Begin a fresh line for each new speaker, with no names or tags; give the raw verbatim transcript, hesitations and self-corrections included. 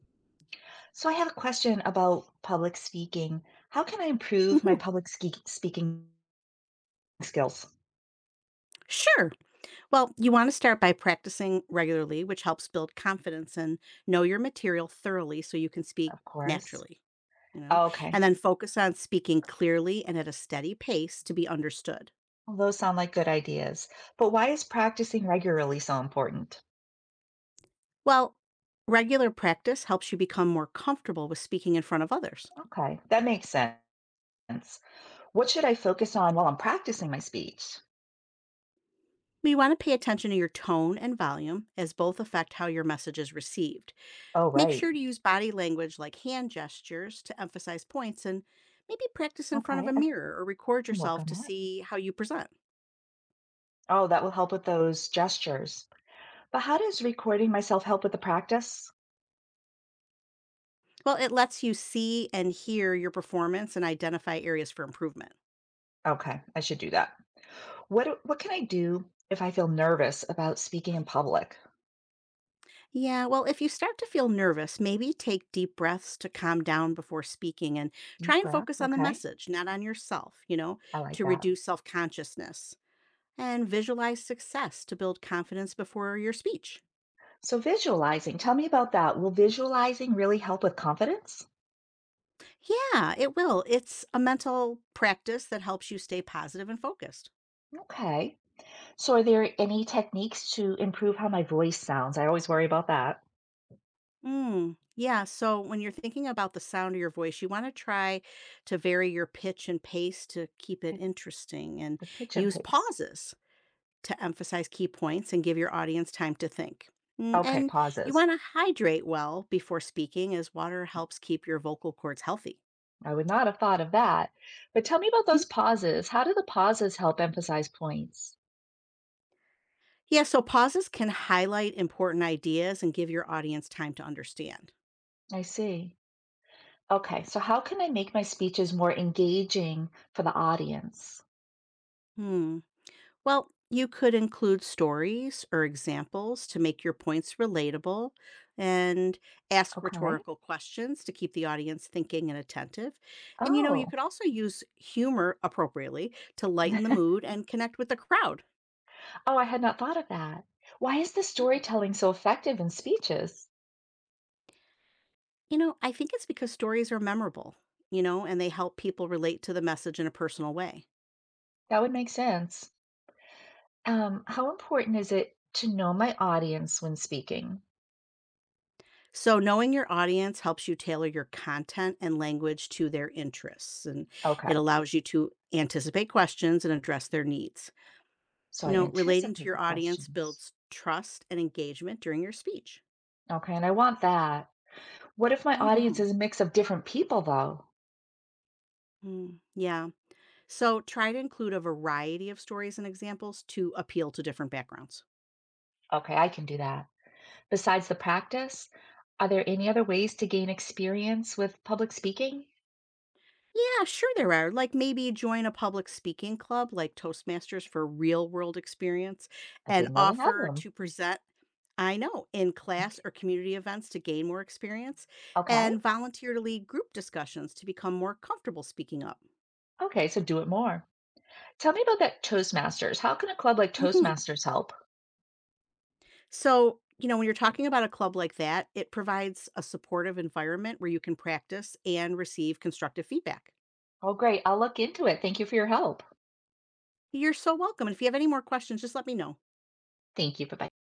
So I have a question about public speaking. How can I improve my
Hmm.
public ski speaking skills?
Sure. Well, you want to start by practicing regularly, which helps build confidence and know your material thoroughly so you can speak
Of course.
naturally, you know,
Okay.
and then focus on speaking clearly and at a steady pace to be understood.
Well, those sound like good ideas. But why is practicing regularly so important?
Well, regular practice helps you become more comfortable with speaking in front of others.
Okay, that makes sense. What should I focus on while I'm practicing my speech?
You want to pay attention to your tone and volume, as both affect how your message is received.
Oh,
Make
right.
sure to use body language like hand gestures to emphasize points and maybe practice in front of
Okay,
a
I
mirror or record
can work
yourself
on
to
that.
see how you present.
Oh, that will help with those gestures. But how does recording myself help with the practice?
Well, it lets you see and hear your performance and identify areas for improvement.
Okay, I should do that. What do- what can I do if I feel nervous about speaking in public?
Yeah, well, if you start to feel nervous, maybe take deep breaths to calm down before speaking and try
Deep
and
breaths.
focus on the
Okay.
message, not on yourself, you know,
I like
to
that.
reduce self consciousness. And visualize success to build confidence before your speech.
So, visualizing, tell me about that. Will visualizing really help with confidence?
Yeah, it will. It's a mental practice that helps you stay positive and focused.
Okay. So, are there any techniques to improve how my voice sounds? I always worry about that.
Mm, yeah. So when you're thinking about the sound of your voice, you want to try to vary your pitch and pace to keep it
Pi-
interesting and
The pitch and
use
pace.
pauses to emphasize key points and give your audience time to think. Mm.
Okay,
And you
pauses.
want to hydrate well before speaking, as water helps keep your vocal cords healthy.
I would not have thought of that. But tell me about those pauses. How do the pauses help emphasize points?
Yeah, so pauses can highlight important ideas and give your audience time to understand.
I see. Okay. So, how can I make my speeches more engaging for the audience?
Hmm. Well, you could include stories or examples to make your points relatable and ask
Okay.
rhetorical questions to keep the audience thinking and attentive. And you know, you
Oh.
could also use humor appropriately to lighten the mood and connect with the crowd.
Oh, I had not thought of that. Why is the
Mm.
storytelling so effective in speeches?
You know, I think it's because stories are memorable, you know, and they help people relate to the message in a personal way.
That would make sense. Um, how important is it to know my audience when speaking?
So, knowing your audience helps you tailor your content and language to their interests, and it
Okay,
allows you to anticipate questions and address their needs.
so
You
I
know, relating to
anticipate the
your audience
questions.
builds trust and engagement during your speech.
Okay, and I want that. What if my audience
Hmm.
is a mix of different people, though?
Mm, yeah. So, try to include a variety of stories and examples to appeal to different backgrounds.
Okay, I can do that. Besides the practice, are there any other ways to gain experience with public speaking?
Yeah, sure there are. Like maybe join a public speaking club like Toastmasters for real world experience
I
and
didn't know they had
offer
them.
to present, I know, in class or community events to gain more experience
Okay,
and volunteer to lead group discussions to become more comfortable speaking up.
okay, so do it more. Tell me about that Toastmasters. How can a club like
Hmm.
Toastmasters help?
So, you know, when you're talking about a club like that, it provides a supportive environment where you can practice and receive constructive feedback.
Oh, great. I'll look into it. Thank you for your help.
You're so welcome. And if you have any more questions, just let me know.
Thank you. Bye-bye.